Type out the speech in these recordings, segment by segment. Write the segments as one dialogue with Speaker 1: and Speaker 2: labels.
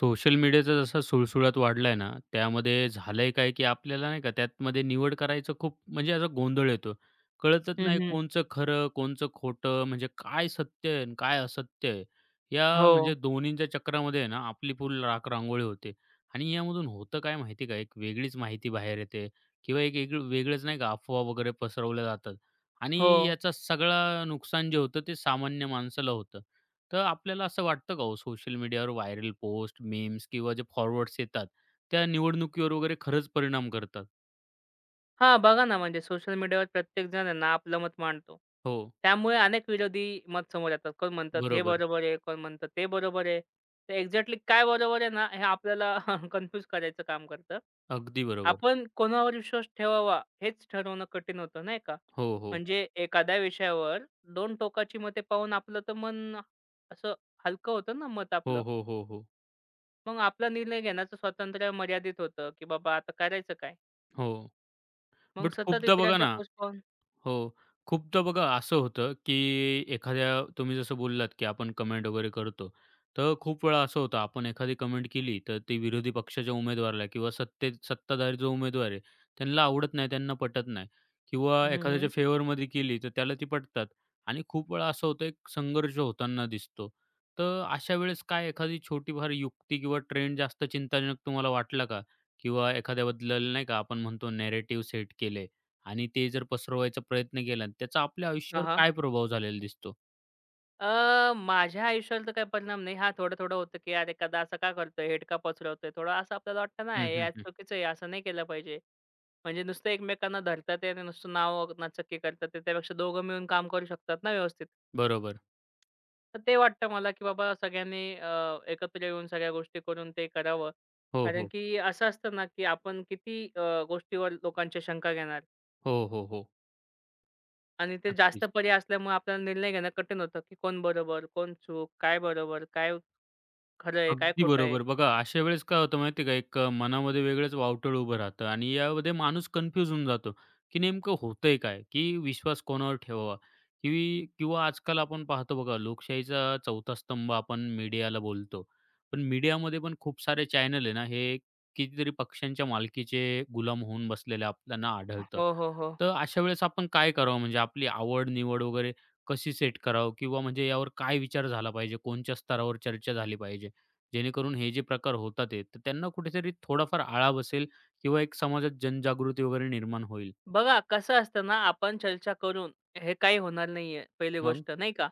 Speaker 1: Social मीडियाचा जसा सुळसुळाट वाढलाय ना, त्यामध्ये झालंय काय, की आपल्याला नाही का त्यातमध्ये निवड करायचं खूप म्हणजे असा गोंधळ येतो. कळतच
Speaker 2: हं,
Speaker 1: नाही
Speaker 2: हं.
Speaker 1: कोणचं खरं, कोणचं खोटं, म्हणजे काय सत्य आहे आणि काय असत्य आहे. या
Speaker 2: हो,
Speaker 1: म्हणजे दोन्हींच्या चक्रामध्ये आहे ना, आपली पूर्ण राखरांगोळी होते आणि यामधून होतं काय माहिती का, एक वेगळीच माहिती बाहेर येते किंवा एक एक वेगळंच नाही का अफवा वगैरे पसरवल्या जातात आणि
Speaker 2: हो.
Speaker 1: याचा सगळं नुकसान जे होतं ते सामान्य माणसाला होतं. तर आपल्याला असं वाटतं का हो, सोशल मीडियावर व्हायरल पोस्ट, मीम्स किंवा जे फॉरवर्ड्स येतात, त्या निवडणुकीवर वगैरे खरंच परिणाम करतात?
Speaker 2: हां, बघा ना, म्हणजे सोशल मीडियावर प्रत्येक जण आहे ना, आपलं मत मांडतो.
Speaker 1: हो.
Speaker 2: त्यामुळे अनेक विरोधी मत समोर येतात. कोण म्हणतात हे
Speaker 1: बरोबर.
Speaker 2: बरोबर आहे, कोण म्हणतात ते बरोबर आहे. तर एक्झॅक्टली काय बरोबर आहे ना, हे आपल्याला कन्फ्यूज करायचं काम करतं.
Speaker 1: अगदी बरोबर.
Speaker 2: आपण कोणावर विश्वास ठेवावा हेच ठरवणं कठीण होतं, नाही का?
Speaker 1: हो, हो.
Speaker 2: म्हणजे एखाद्या विषयावर 2 टोकाची मते पाहून आपलं तर मन असं हलकं होतं ना मत आपलं.
Speaker 1: हो, हो, हो, हो.
Speaker 2: मग आपला निर्णय घेण्याचं स्वातंत्र्य मर्यादित होतं, की बाबा आता करायचं काय?
Speaker 1: हो.
Speaker 2: मग
Speaker 1: बट
Speaker 2: सतत
Speaker 1: खूपदा बघा
Speaker 2: इतरांच्या
Speaker 1: ना.
Speaker 2: पोस्ट पाहून
Speaker 1: हो. खूपदा बघा असं होतं, की एखाद्या तुम्ही जसं बोललात, की आपण कमेंट वगैरे करतो. तर खूप वेळा असं होतं, आपण एखादी कमेंट केली, तर ती विरोधी पक्षाच्या उमेदवाराला किंवा सत्तेत सत्ताधारी जो उमेदवार आहे, त्यांना आवडत नाही, त्यांना पटत नाही
Speaker 2: हं,
Speaker 1: किंवा
Speaker 2: हं.
Speaker 1: एखाद्याच्या फेवरमध्ये केली, तर त्याला ती पटतात आणि खूप वेळा असं होतं, एक संघर्ष होताना दिसतो. तर अशा वेळेस काय एखादी छोटीफार युक्ती किंवा ट्रेंड जास्त चिंताजनक तुम्हाला वाटला का? किंवा एखाद्याबद्दल नाही का आपण म्हणतो नॅरेटिव्ह सेट केले. आणि ते जर पसरवायचा प्रयत्न केला आणि त्याचा आपल्या
Speaker 2: हां,
Speaker 1: आयुष्यावर
Speaker 2: हां.
Speaker 1: काय प्रभाव झालेला दिसतो?
Speaker 2: माझ्या आयुष्याला तर काही परिणाम नाही. हां, थोडं-थोडं होतं, की "अरे, एखादा असं का करतोय? हेट का पसरवतोय?" थोडं असं आपल्याला वाटतं ना,
Speaker 1: हं,
Speaker 2: "हे
Speaker 1: हं,
Speaker 2: यार
Speaker 1: हं.
Speaker 2: चुकीचं आहे, असं नाही केलं पाहिजे." म्हणजे नुसतं एकमेकांना धरतात आहे आणि नुसतं नाव नचक्की करतात आहे. त्यापेक्षा दोघं मिळून काम करू शकतात ना व्यवस्थित.
Speaker 1: बरोबर.
Speaker 2: तर ते वाटतं मला, की बाबा सगळ्यांनी एकत्र येऊन सगळ्या गोष्टी करून ते करावं.
Speaker 1: हो,
Speaker 2: कारण
Speaker 1: हो.
Speaker 2: की असं असतं ना, की आपण किती गोष्टीवर लोकांच्या शंका घेणार?
Speaker 1: हो, हो, हो.
Speaker 2: आणि ते जास्त
Speaker 1: नक्कीच.
Speaker 2: पर्याय असल्यामुळे आपल्याला निर्णय घेणं कठीण होतं, की कोण बरोबर, कोण चूक, काय बरोबर, काय खरं आहे, काय
Speaker 1: अगदी
Speaker 2: खोटं आहे?
Speaker 1: बरोबर. बघा अशा वेळेस काय होतं माहिती आहे का, एक मनामध्ये वेगळंच वावटळ उभं राहतं आणि यामध्ये माणूस कन्फ्यूज होऊन जातो, की नेमकं होतंय काय? की विश्वास कोणावर ठेवावा? की किंवा आजकाल आपण पाहतो बघा लोकशाहीचा चौथा स्तंभ आपण मीडियाला बोलतो. पण मीडियामध्ये पण खूप सारे चॅनल आहे ना, हे कितीतरी पक्षांच्या मालकीचे गुलाम होऊन बसलेले आपल्याला आढळतं.
Speaker 2: हो, हो, हो.
Speaker 1: तर अशा वेळेस आपण काय करावं म्हणजे आपली आवड-निवड वगैरे कशी सेट करावं? किंवा म्हणजे यावर काय विचार झाला पाहिजे? कोणत्या स्तरावर चर्चा झाली पाहिजे? जेणेकरून हे जे प्रकार होतात आहेत, तर त्यांना कुठेतरी थोडाफार आळा बसेल किंवा एक समाजात जनजागृती वगैरे निर्माण होईल.
Speaker 2: बघा कसं असतं ना, आपण चर्चा करून हे काही होणार नाहीये, पहिली
Speaker 1: मग
Speaker 2: गोष्ट नाही का.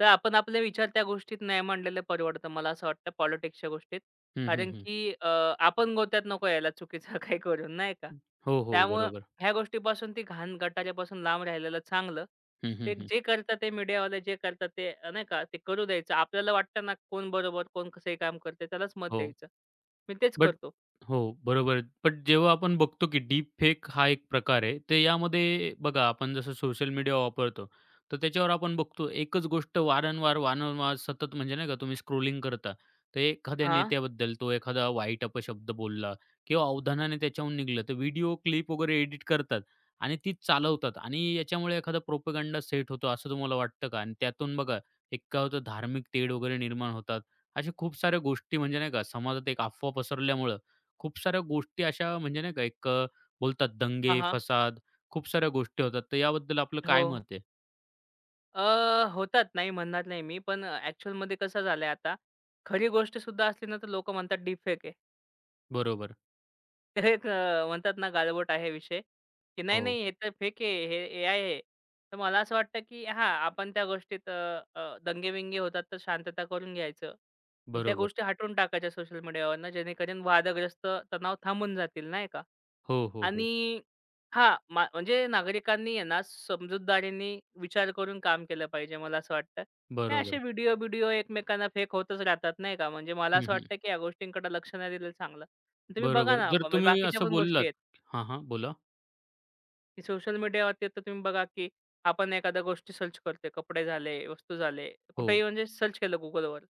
Speaker 2: तर आपण आपले विचार त्या गोष्टीत नाही मांडलेलं परवडतं मला असं वाटतं पॉलिटिक्सच्या गोष्टीत.
Speaker 1: हं, हं,
Speaker 2: कारण
Speaker 1: हं.
Speaker 2: की आपण गोत्यात नको यायला चुकीचं काही करून नाही का.
Speaker 1: हो, हो.
Speaker 2: त्यामुळं
Speaker 1: बरोबर.
Speaker 2: ह्या गोष्टीपासून ती घाण गटाऱ्यापासून लांब राहिलेलं चांगलं.
Speaker 1: हं, हं,
Speaker 2: ते
Speaker 1: हं.
Speaker 2: जे करतात ते मीडियावाले जे करतात ते नाही का ते करू द्यायचं. आपल्याला वाटतं ना कोण बरोबर, कोण कसंही काम करतंय त्यालाच मत
Speaker 1: हो.
Speaker 2: द्यायचं. मी तेच
Speaker 1: बट
Speaker 2: करतो.
Speaker 1: हो, बरोबर. बट जेव्हा आपण बघतो, की डीप फेक हा एक प्रकार आहे. तर यामध्ये बघा, आपण जसं सोशल मीडिया वापरतो, तर त्याच्यावर आपण बघतो एकच गोष्ट वारंवार, वारंवार सतत म्हणजे नाही का तुम्ही स्क्रोलिंग करता, तर एखाद्या
Speaker 2: हां.
Speaker 1: नेत्याबद्दल तो एखादा वाईट अपशब्द बोलला किंवा अवधानाने त्याच्याहून निघालं, तर व्हिडिओ क्लिप वगैरे एडिट करतात आणि ती चालवतात आणि याच्यामुळे एखादा प्रोपगंडा सेट होतो असं तुम्हाला वाटतं का? आणि त्यातून बघा, एक काय होतं धार्मिक तेढ वगैरे निर्माण होतात. अशा खूप साऱ्या गोष्टी म्हणजे नाही का समाजात एक अफवा पसरल्यामुळं खूप साऱ्या गोष्टी अशा म्हणजे नाही का एक बोलतात
Speaker 2: हां,
Speaker 1: दंगे,
Speaker 2: हां.
Speaker 1: फसाद. खूप साऱ्या गोष्टी होतात. तर याबद्दल आपलं
Speaker 2: हो.
Speaker 1: काय मत आहे?
Speaker 2: अ, होतात नाही म्हणणार नाही मी. पण ॲक्चुअलमध्ये कसं झालंय आता, खरी गोष्ट सुद्धा असली ना, तर लोकं म्हणतात डीप फेक आहे.
Speaker 1: बरोबर.
Speaker 2: तर एक म्हणतात ना गालबोट आहे विषय, की नाही,
Speaker 1: हो.
Speaker 2: नाही हे तर फेक आहे, हे एआय आहे. तर मला असं वाटतं, की हां, आपण त्या गोष्टीत अ, अ, दंगे-विंगे होतात तर शांतता करून घ्यायचं. मग त्या
Speaker 1: बरोबर.
Speaker 2: गोष्टी हटवून टाकायच्या सोशल मीडियावरनं जेणेकरून वादग्रस्त तणाव थांबून जातील, नाही का?
Speaker 1: हो, हो, हो.
Speaker 2: आणि हां, म्हणजे नागरिकांनी आहे ना समजूतदारीने विचार करून काम केलं पाहिजे मला असं वाटतं. हे असे
Speaker 1: बरोबर.
Speaker 2: व्हिडिओ-बिडिओ एकमेकांना फेक होतच राहतात, नाही का? म्हणजे मला
Speaker 1: हं,
Speaker 2: असं
Speaker 1: हं.
Speaker 2: वाटतं, की या गोष्टींकडे लक्ष नाही दिलं चांगलं. तुम्ही बघा
Speaker 1: बरोबर.
Speaker 2: ना,
Speaker 1: जर
Speaker 2: म्हणजे
Speaker 1: तुम्ही
Speaker 2: बाकीच्या
Speaker 1: असं
Speaker 2: पण गोष्टी
Speaker 1: बोललात
Speaker 2: आहेत,
Speaker 1: हां, हां. बोला.
Speaker 2: की सोशल मीडियावरती आता तुम्ही बघा, की आपण एखाद्या गोष्टी सर्च करतोय, कपडे झाले, वस्तू झाले,
Speaker 1: हो,
Speaker 2: कुठेही म्हणजे सर्च केलं Googleवर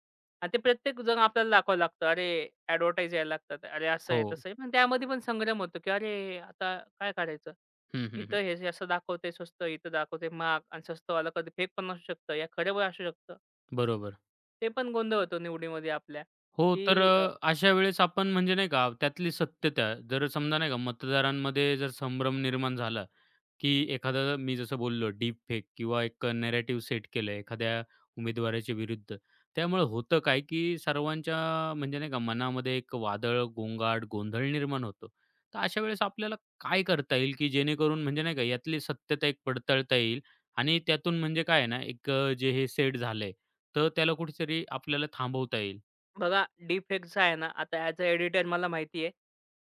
Speaker 2: आणि ते प्रत्येक जण आपल्याला दाखवावं लागतं. अरे, ॲडव्हर्टाइज यायला लागतात. अरे, असं
Speaker 1: हो.
Speaker 2: आहे, तसं आहे. पण त्यामध्ये पण संग्राम होतो, की अरे, आता काय करायचं?
Speaker 1: हं, हं, हं.
Speaker 2: इथं हे जे असं दाखवतंय स्वस्त, इथं दाखवतंय महाग आणि स्वस्तवाला कधी फेक पण असू शकतं या खरं पण असू शकतं.
Speaker 1: बरोबर.
Speaker 2: ते पण गोंधळ होतो निवडीमध्ये आपल्या,
Speaker 1: हो, तर
Speaker 2: की
Speaker 1: अशा वेळेस आपण म्हणजे नाही का त्यातली सत्यता जर समजा नाही का मतदारांमध्ये जर संभ्रम निर्माण झाला, की एखादा मी जसं बोललो डीप फेक किंवा एक नॅरेटिव्ह सेट केलं एखाद्या उमेदवाराच्या विरुद्ध. त्यामुळे होतं काय, की सर्वांच्या म्हणजे नाही का मनामध्ये एक वादळ, गोंगाट, गोंधळ निर्माण होतो. तर अशा वेळेस आपल्याला काय करता येईल, की जेणेकरून म्हणजे नाही का यातली सत्यता एक पडताळता येईल आणि त्यातून म्हणजे काय आहे ना एक जे हे सेट झालंय, तर त्याला कुठेतरी आपल्याला थांबवता येईल.
Speaker 2: बघा डीपफेकचा आहे ना, आता ॲज अ एडिटर मला माहिती आहे,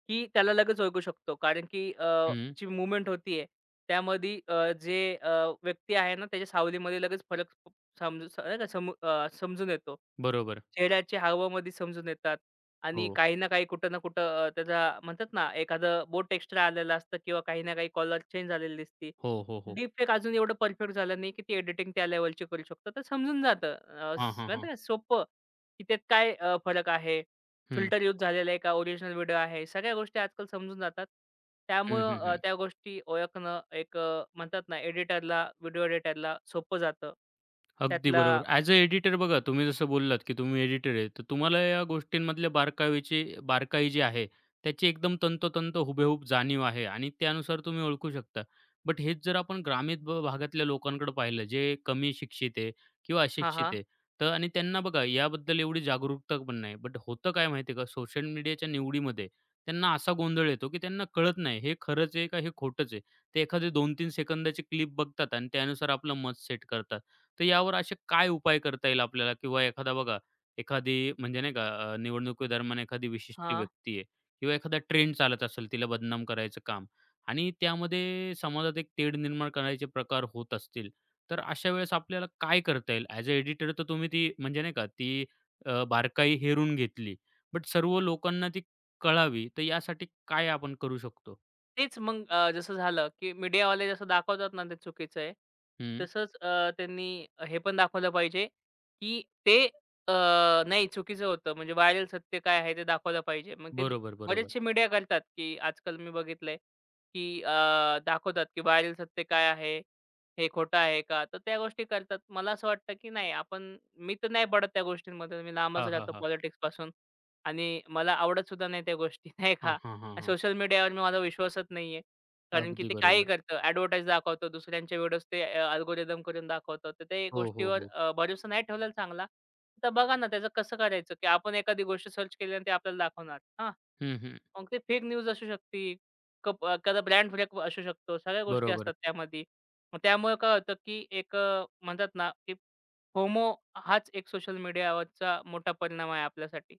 Speaker 2: की त्याला लगेच ओळखू शकतो. कारण की
Speaker 1: हं,
Speaker 2: जी मूव्हमेंट होती आहे, त्यामध्ये जे व्यक्ती आहे ना, त्याच्या सावलीमध्ये लगेच फरक नाही का समजून येतो.
Speaker 1: बरोबर.
Speaker 2: चेहऱ्याचे हावभावामध्ये समजून येतात आणि
Speaker 1: हो.
Speaker 2: काही ना काही, कुठं ना कुठं त्याचा म्हणतात ना, एखादं बोट एक्स्ट्रा आलेलं असतं किंवा काही ना काही कॉलर चेंज झालेली दिसते.
Speaker 1: हो, हो, हो.
Speaker 2: डीपफेक अजून एवढं परफेक्ट झालं नाही, की ती एडिटिंग त्या लेव्हलची करू शकतो. तर समजून जातं. अ,
Speaker 1: हां,
Speaker 2: स
Speaker 1: हां,
Speaker 2: म्हणतात
Speaker 1: हां.
Speaker 2: ना, सोपं की त्यात काय फरक आहे?
Speaker 1: हं.
Speaker 2: फिल्टर यूज झालेला आहे का? ओरिजिनल व्हिडिओ आहे. सगळ्या गोष्टी आजकाल समजून जातात.
Speaker 1: हं, हं,
Speaker 2: त्यामुळं
Speaker 1: हं.
Speaker 2: त्या गोष्टी ओळखणं एक म्हणतात ना एडिटरला, व्हिडिओ एडिटरला सोपं जातं.
Speaker 1: अगदी
Speaker 2: त्यातला
Speaker 1: बरोबर. ॲज अ एडिटर बघा तुम्ही जसं बोललात, की तुम्ही एडिटर आहे. तर तुम्हाला या गोष्टींमधल्या बारकावीची बारकाई जी आहे, त्याची एकदम तंतोतंत हुबेहूब जाणीव आहे आणि त्यानुसार तुम्ही ओळखू शकता. बट हेच जर आपण ग्रामीण ब भागातल्या लोकांकडे पाहिलं, जे कमी शिक्षित आहे किंवा
Speaker 2: हां,
Speaker 1: अशिक्षित
Speaker 2: हां.
Speaker 1: आहे. तर आणि त्यांना बघा याबद्दल एवढी जागरूकता पण नाही. बट होतं काय माहिती का, सोशल मीडियाच्या निवडीमध्ये त्यांना असा गोंधळ येतो, की त्यांना कळत नाही हे खरंच आहे का हे खोटंच आहे. ते एखादे 2-3 सेकंदाची क्लिप बघतात आणि त्यानुसार आपलं मत सेट करतात. तर यावर असे काय उपाय करता येईल आपल्याला? किंवा एखादा बघा, एखादी म्हणजे नाही का निवडणुकीदरम्यान एखादी विशिष्ट
Speaker 2: हां.
Speaker 1: व्यक्ती आहे किंवा एखादा ट्रेंड चालत असेल, तिला बदनाम करायचं काम आणि त्यामध्ये समाजात एक तेढ निर्माण करायचे प्रकार होत असतील, तर अशा वेळेस आपल्याला काय करता येईल? ॲज अ एडिटर तर तुम्ही ती म्हणजे नाही का ती बारकाई हेरून घेतली. बट सर्व लोकांना ती कळावी, तर यासाठी काय आपण करू शकतो?
Speaker 2: तेच मग जसं झालं, की मीडियावाले जसं दाखवतात ना, ते चुकीचं आहे.
Speaker 1: हं.
Speaker 2: तसंच त्यांनी हे पण दाखवलं पाहिजे, की ते अ, नाही चुकीचं होतं. म्हणजे व्हायरल सत्य काय आहे ते दाखवलं पाहिजे. मग ते
Speaker 1: बरोबर, बरोबर.
Speaker 2: बरेचसे मीडिया करतात, की आजकाल मी बघितलंय, की दाखवतात, की व्हायरल सत्य काय आहे? हे खोटं आहे का? तर त्या गोष्टी करतात. मला असं वाटतं, की नाही आपण मी तर नाही पडत त्या गोष्टींमध्ये. मी लांबच
Speaker 1: हां, हां,
Speaker 2: राहतो
Speaker 1: हां.
Speaker 2: पॉलिटिक्सपासून आणि मला आवडत सुद्धा नाही त्या गोष्टी, नाही
Speaker 1: हां,
Speaker 2: का?
Speaker 1: हां, हां, हां.
Speaker 2: सोशल मीडियावर मी माझा विश्वासच नाहीये. कारण की
Speaker 1: अगदी
Speaker 2: ते काही
Speaker 1: बरोबर.
Speaker 2: करतं, ॲडव्हर्टाइज दाखवतं, दुसऱ्यांचे व्हिडिओज ते अल्गोरिदम करून दाखवतं. तर ते
Speaker 1: हो, हो,
Speaker 2: गोष्टीवर
Speaker 1: हो.
Speaker 2: भरोसा नाही ठेवलेला चांगला. तर बघा ना त्याचं कसं करायचं, की आपण एखादी गोष्ट सर्च केली आणि ते आपल्याला दाखवणार. हां.
Speaker 1: हं, हं.
Speaker 2: मग ते फेक न्यूज असू शकते. कप एखादा ब्रँड फ्लेक असू शकतो. सगळ्या गोष्टी असतात
Speaker 1: बरोबर.
Speaker 2: त्यामध्ये. मग त्यामुळे काय होतं, की एक म्हणतात ना, की फोमो हाच एक सोशल मीडियावरचा मोठा परिणाम आहे आपल्यासाठी.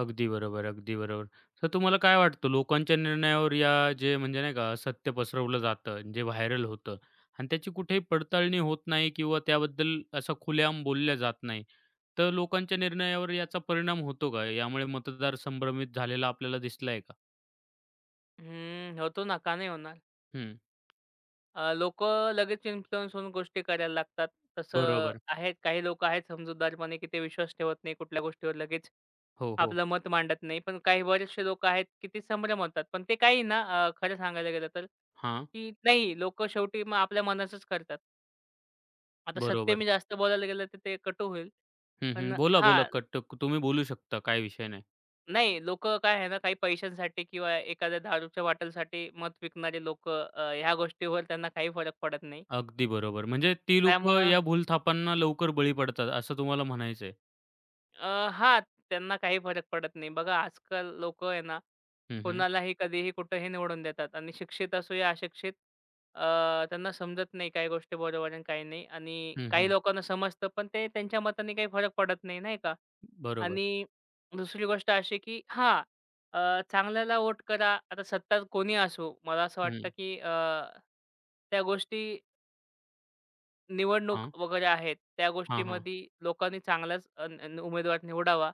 Speaker 1: अगदी बरोबर, अगदी बरोबर. तर तुम्हाला काय वाटतं लोकांच्या निर्णयावर या जे म्हणजे नाही का असत्य पसरवलं जातं, जे व्हायरल होतं आणि त्याची कुठेही पडताळणी होत नाही किंवा त्याबद्दल असा खुलेआम बोलल्या जात नाही. तर लोकांच्या निर्णयावर याचा परिणाम होतो का? यामुळे मतदार संभ्रमित झालेला आपल्याला दिसलाय का?
Speaker 2: हम्म, होतो ना, का नाही होणार?
Speaker 1: हं.
Speaker 2: लोकं लगेच इन्फ्लुअन्स होऊन गोष्टी करायला लागतात. तसं
Speaker 1: बरोबर.
Speaker 2: आहेत काही लोक आहेत समजूतदारपणे, की ते विश्वास ठेवत नाही कुठल्या गोष्टीवर लगेच
Speaker 1: हो, हो.
Speaker 2: आपलं मत मांडत नाही. पण काही बरेचसे लोकं आहेत, की ते संभ्रम होतात. पण ते काही ना खरं सांगायला गेलं तर,
Speaker 1: हां.
Speaker 2: की नाही लोकं शेवटी मग आपल्या मनाचंच करतात. आता सत्य
Speaker 1: बरोबर.
Speaker 2: मी जास्त बोलायला गेलं तर ते कटू होईल.
Speaker 1: हं,
Speaker 2: पण
Speaker 1: हं. बोला, बोला.
Speaker 2: हां,
Speaker 1: कट तुम्ही बोलू शकता. काही विषय नाही.
Speaker 2: नाही लोकं काय आहे ना काही पैशांसाठी किंवा एखाद्या दारूच्या बॉटलसाठी मत विकणारे लोकं ह्या गोष्टीवर त्यांना काही फरक पडत नाही.
Speaker 1: अगदी बरोबर. म्हणजे ती लोकं
Speaker 2: त्यामुळं
Speaker 1: या भूलथापांना लवकर बळी पडतात असं तुम्हाला म्हणायचंय.
Speaker 2: हां, त्यांना काही फरक पडत नाही. बघा आजकाल लोकं आहे ना,
Speaker 1: हं, हं.
Speaker 2: कोणालाही कधीही कुठेही निवडून देतात आणि शिक्षित असो या अशिक्षित त्यांना समजत नाही काही गोष्टी बरोबर आणि काही नाही आणि
Speaker 1: हं,
Speaker 2: काही
Speaker 1: हं.
Speaker 2: लोकांना समजतं, पण ते त्यांच्या मताने काही फरक पडत नाही, नाही का?
Speaker 1: बरोबर.
Speaker 2: आणि दुसरी गोष्ट अशी की हां, चांगल्याला वोट करा. आता सत्ता कोणी असो, मला असं वाटतं
Speaker 1: हं.
Speaker 2: की त्या गोष्टी निवडणूक
Speaker 1: हां.
Speaker 2: वगैरे आहेत, त्या
Speaker 1: हां, हां.
Speaker 2: गोष्टीमध्ये लोकांनी चांगलाच उमेदवार निवडावा.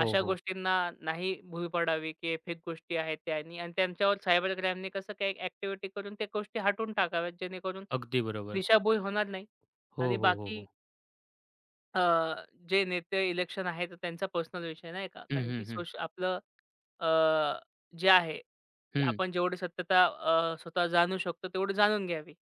Speaker 1: हो,
Speaker 2: अशा
Speaker 1: हो.
Speaker 2: गोष्टींना नाही भूल पडावी, की हे फेक गोष्टी आहेत त्यांनी आणि त्यांच्यावर सायबर क्राईमनी कसं काही ॲक्टिव्हिटी करून त्या गोष्टी हटवून टाकाव्यात, जेणेकरून
Speaker 1: अगदी बरोबर.
Speaker 2: दिशाभूल होणार नाही
Speaker 1: हो,
Speaker 2: आणि
Speaker 1: हो, हो,
Speaker 2: बाकी
Speaker 1: हो.
Speaker 2: अ, जे नेते इलेक्शन आहे, तर त्यांचा पर्सनल विषय नाही का.
Speaker 1: हं,
Speaker 2: कारण की
Speaker 1: हं, हं.
Speaker 2: आपलं अ, जे आहे, की
Speaker 1: हं.
Speaker 2: आपण जेवढी सत्यता स्वतः जाणू शकतो, तेवढी जाणून घ्यावी.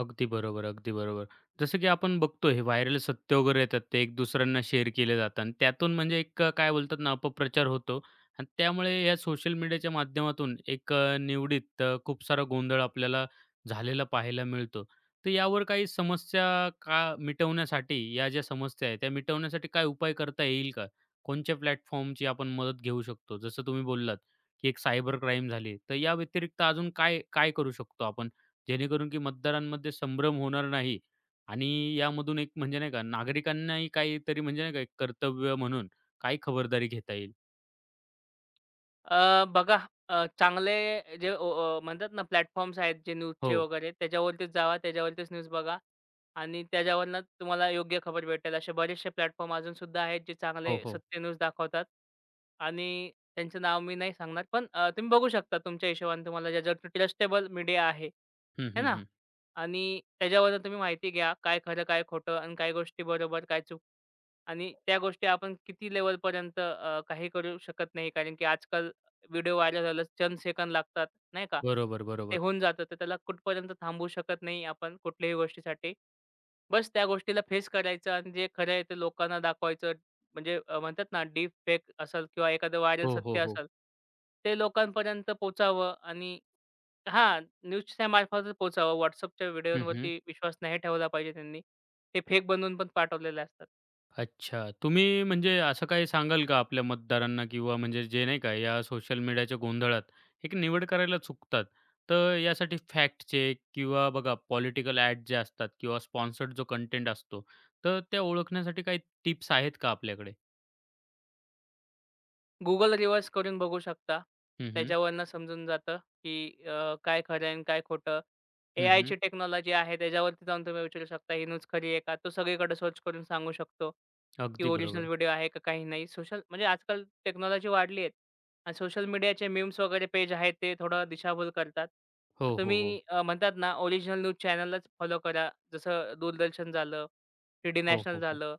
Speaker 1: अगदी बरोबर, अगदी बरोबर. जसं की आपण बघतो हे व्हायरल सत्य वगैरे येतात, ते एक दुसऱ्यांना शेअर केले जातात आणि त्यातून म्हणजे एक काय बोलतात ना, अपप्रचार होतो आणि त्यामुळे या सोशल मीडियाच्या माध्यमातून एक निवडीत खूप सारा गोंधळ आपल्याला झालेला पाहायला मिळतो. तर यावर काही समस्या का मिटवण्यासाठी या ज्या समस्या आहेत, त्या मिटवण्यासाठी काय उपाय करता येईल का? कोणत्या प्लॅटफॉर्मची आपण मदत घेऊ शकतो? जसं तुम्ही बोललात, की एक सायबर क्राईम झाली, तर या व्यतिरिक्त अजून काय काय करू शकतो आपण? जेणेकरून की मतदारांमध्ये संभ्रम होणार नाही आणि यामधून एक म्हणजे नाही का नागरिकांनाही काहीतरी म्हणजे नाही का एक कर्तव्य म्हणून काही खबरदारी घेता येईल.
Speaker 2: बघा चांगले जे म्हणतात ना प्लॅटफॉर्म्स आहेत जे न्यूजचे
Speaker 1: हो.
Speaker 2: वगैरे त्याच्यावरतीच जावा, त्याच्यावरतीच न्यूज बघा आणि त्याच्यावरनं तुम्हाला योग्य खबर भेटेल. असे बरेचसे प्लॅटफॉर्म अजून सुद्धा आहेत जे चांगले
Speaker 1: हो, हो.
Speaker 2: सत्य न्यूज दाखवतात आणि त्यांचं नाव मी नाही सांगणार. पण तुम्ही बघू शकता तुमच्या हिशोबाने तुम्हाला ज्याच्यावरती ट्रस्टेबल मीडिया आहे,
Speaker 1: हं,
Speaker 2: है
Speaker 1: हं,
Speaker 2: ना?
Speaker 1: हं.
Speaker 2: आणि त्याच्यावरून तुम्ही माहिती घ्या काय खरं, काय खोटं आणि काय गोष्टी बरोबर, काय चूक आणि त्या गोष्टी आपण किती लेव्हलपर्यंत काही करू शकत नाही कारण की आजकाल व्हिडिओ व्हायरल झाला, चंद सेकंद लागतात, नाही का?
Speaker 1: बरोबर,
Speaker 2: ते
Speaker 1: बरोबर.
Speaker 2: होऊन जातं. तर त्याला कुठपर्यंत थांबवू शकत नाही आपण कुठल्याही गोष्टीसाठी. बस त्या गोष्टीला फेस करायचं आणि जे खरं आहे ते लोकांना दाखवायचं. म्हणजे म्हणतात ना डीप फेक असेल किंवा एखादं व्हायरल
Speaker 1: हो, हो,
Speaker 2: सत्य
Speaker 1: हो.
Speaker 2: असेल, ते लोकांपर्यंत पोहोचावं आणि हां, न्यूजच्या मार्फतच पोहोचावं. WhatsAppच्या
Speaker 1: हं, हं.
Speaker 2: व्हिडिओवरती विश्वास नाही ठेवला पाहिजे त्यांनी. ते फेक बनवून पण पाठवलेले असतात.
Speaker 1: अच्छा. तुम्ही म्हणजे असं काही सांगाल का आपल्या मतदारांना किंवा म्हणजे जे नाही का या सोशल मीडियाच्या गोंधळात एक निवड करायला चुकतात. तर यासाठी फॅक्ट चेक किंवा बघा पॉलिटिकल ॲड जे असतात किंवा स्पॉन्सर्ड जो कंटेंट असतो, तर त्या ओळखण्यासाठी काही टिप्स आहेत का आपल्याकडे?
Speaker 2: Google रिव्हर्स करून बघू शकता.
Speaker 1: हं, हं.
Speaker 2: त्याच्यावरनं समजून जातं, की काय खरं आहे आणि काय खोटं.
Speaker 1: हं, हं.
Speaker 2: एआयची टेक्नॉलॉजी आहे त्याच्यावरती जाऊन तुम्ही विचारू शकता, ही न्यूज खरी आहे का? तो सगळीकडे सर्च करून सांगू शकतो, की
Speaker 1: अगदी
Speaker 2: ओरिजिनल
Speaker 1: बरोबर.
Speaker 2: व्हिडिओ आहे का काही नाही. सोशल म्हणजे आजकाल टेक्नॉलॉजी वाढली आहे आणि सोशल मीडियाचे मीम्स वगैरे पेज आहेत ते थोडं दिशाभूल करतात. तर
Speaker 1: हो, हो, हो.
Speaker 2: तुम्ही म्हणतात ना ओरिजिनल न्यूज चॅनलच फॉलो करा. जसं दूरदर्शन झालं डी
Speaker 1: हो,
Speaker 2: नॅशनल
Speaker 1: हो, हो.
Speaker 2: झालं.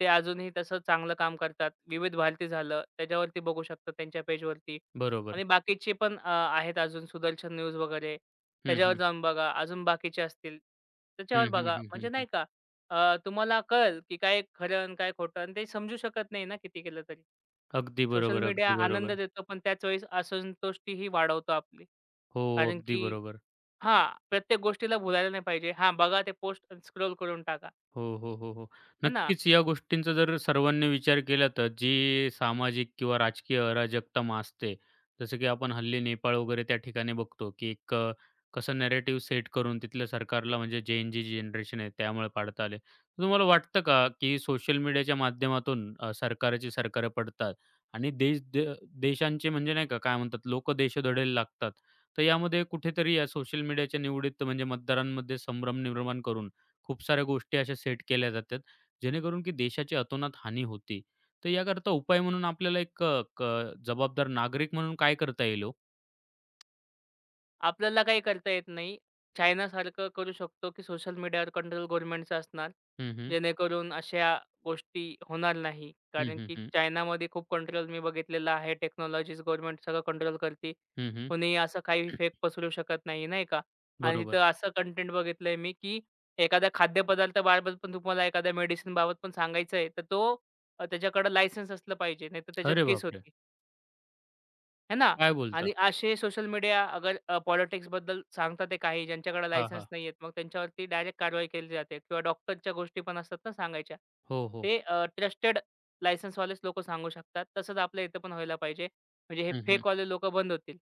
Speaker 2: ते अजूनही तसं चांगलं काम करतात. विविध भारती झालं, त्याच्यावरती बघू शकता त्यांच्या पेजवरती
Speaker 1: बरोबर.
Speaker 2: आणि बाकीचे पण आहेत अजून सुदर्शन न्यूज वगैरे
Speaker 1: हं,
Speaker 2: त्याच्यावर
Speaker 1: हं.
Speaker 2: जाऊन बघा. अजून बाकीचे असतील त्याच्यावर
Speaker 1: हं, हं,
Speaker 2: बघा.
Speaker 1: हं, हं,
Speaker 2: म्हणजे
Speaker 1: हं.
Speaker 2: नाही का तुम्हाला कळेल की काय खरं आणि काय खोटं आणि ते समजू शकत नाही ना किती केलं तरी.
Speaker 1: अगदी
Speaker 2: सोशल
Speaker 1: बरोबर,
Speaker 2: मीडिया
Speaker 1: अगदी
Speaker 2: आनंद
Speaker 1: बरोबर.
Speaker 2: देतो, पण त्याच वेळेस असंतुष्टीही वाढवतो आपली.
Speaker 1: हो,
Speaker 2: कारण
Speaker 1: अगदी
Speaker 2: की
Speaker 1: बरोबर.
Speaker 2: हां, प्रत्येक गोष्टीला भुलायला नाही पाहिजे. हां, बघा ते पोस्ट स्क्रोल करून टाका.
Speaker 1: हो, हो, हो, हो.
Speaker 2: है ना?
Speaker 1: नक्कीच या गोष्टींचा जर सर्वांनी विचार केला तर जी सामाजिक किंवा राजकीय अराजकता मासते, जसं की आपण हल्ली नेपाळ वगैरे त्या ठिकाणी बघतो, की एक कसं नॅरेटिव्ह सेट करून तिथल्या सरकारला म्हणजे जेन-जी जनरेशन आहे त्यामुळे पाडता आले. तर तुम्हाला वाटतं का, की सोशल मीडियाच्या माध्यमातून सरकारची सरकारं पडतात आणि देश देशांचे म्हणजे नाही का, काय म्हणतात लोकं देशोधडीला लागतात. तर यामध्ये कुठेतरी या सोशल मीडियाच्या निवडीत म्हणजे मतदारांमध्ये संभ्रम निर्माण करून खूप साऱ्या गोष्टी अशा सेट केल्या जातात, जेणेकरून की देशाची अतोनात हानी होती. तर याकरता उपाय म्हणून आपल्याला एक अ, क जबाबदार नागरिक म्हणून काय करता येईल हो?
Speaker 2: आपल्याला काही करता येत नाही. चायनासारखं करू शकतो, की सोशल मीडियावर कंट्रोल गव्हर्नमेंटचं असणार.
Speaker 1: हं, हं.
Speaker 2: जेणेकरून अशा गोष्टी होणार नाही.
Speaker 1: हं,
Speaker 2: कारण
Speaker 1: हं,
Speaker 2: की
Speaker 1: हं.
Speaker 2: चायनामध्ये खूप कंट्रोल मी बघितलेला आहे. टेक्नॉलॉजीज गव्हर्नमेंट सगळं कंट्रोल करते.
Speaker 1: हं, हं.
Speaker 2: कोणीही असं काही फेक पसरू शकत नाही, नाही का? आणि
Speaker 1: बरोबर.
Speaker 2: तिथं असं कंटेंट बघितलंय मी, की एखादा खाद्यपदार्थाबाबत पण तुम्हाला एखाद्या मेडिसिनबाबत पण सांगायचं आहे, तर तो त्याच्याकडे लायसन्स असलं पाहिजे. नाहीतर त्याच्यावर
Speaker 1: अरे
Speaker 2: केस
Speaker 1: बापरे!
Speaker 2: होती. है ना?
Speaker 1: काय बोलता?
Speaker 2: आणि असे सोशल मीडिया अगर पॉलिटिक्सबद्दल सांगतात ते काही ज्यांच्याकडे
Speaker 1: हां,
Speaker 2: लायसन्स
Speaker 1: हां.
Speaker 2: नाहीयेत, मग त्यांच्यावरती डायरेक्ट कारवाई केली जाते किंवा डॉक्टरच्या गोष्टी पण असतात ना सांगायच्या.
Speaker 1: हो, हो.
Speaker 2: ते ट्रस्टेड लायसन्सवालेच लोकं सांगू शकतात. तसंच आपल्या इथं पण व्हायला पाहिजे. म्हणजे हे
Speaker 1: हं, हं.
Speaker 2: फेकवाले लोकं बंद होतील.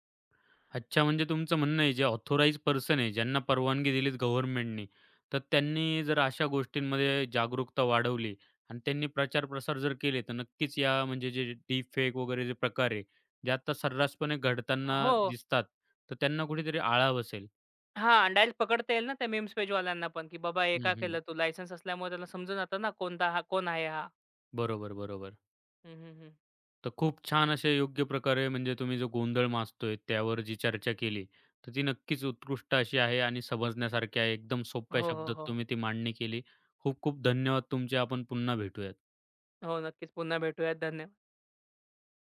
Speaker 1: अच्छा, म्हणजे तुमचं म्हणणं आहे जे ऑथोराइज्ड पर्सन आहे, ज्यांना परवानगी दिलीत गव्हर्नमेंटनी, तर त्यांनी जर अशा गोष्टींमध्ये जागरूकता वाढवली आणि त्यांनी प्रचार-प्रसार जर केले, तर नक्कीच या म्हणजे जे डीपफेक वगैरे जे प्रकार आहे, जे आता सर्रासपणे घडताना
Speaker 2: हो.
Speaker 1: दिसतात, तर त्यांना कुठेतरी आळा बसेल.
Speaker 2: हां, डायरेक्ट पकडता येईल ना त्या मीम्स पेजवाल्यांना पण, की बाबा हे
Speaker 1: हं,
Speaker 2: का
Speaker 1: हं.
Speaker 2: केलं तू? लायसन्स असल्यामुळे त्याला समजून जातं ना कोणता हा कोण आहे हा?
Speaker 1: बरोबर, बरोबर.
Speaker 2: हं, हं, हं.
Speaker 1: तर खूप छान असे योग्य प्रकारे म्हणजे तुम्ही जो गोंधळ माजतोय त्यावर जी चर्चा केली, तर ती नक्कीच उत्कृष्ट अशी आहे आणि समजण्यासारखी आहे. एकदम सोप्या
Speaker 2: हो, हो,
Speaker 1: शब्दात
Speaker 2: हो.
Speaker 1: तुम्ही ती मांडणी केली. खूप खूप धन्यवाद तुमचे. आपण पुन्हा भेटूयात.
Speaker 2: हो, नक्कीच. पुन्हा भेटूयात. धन्य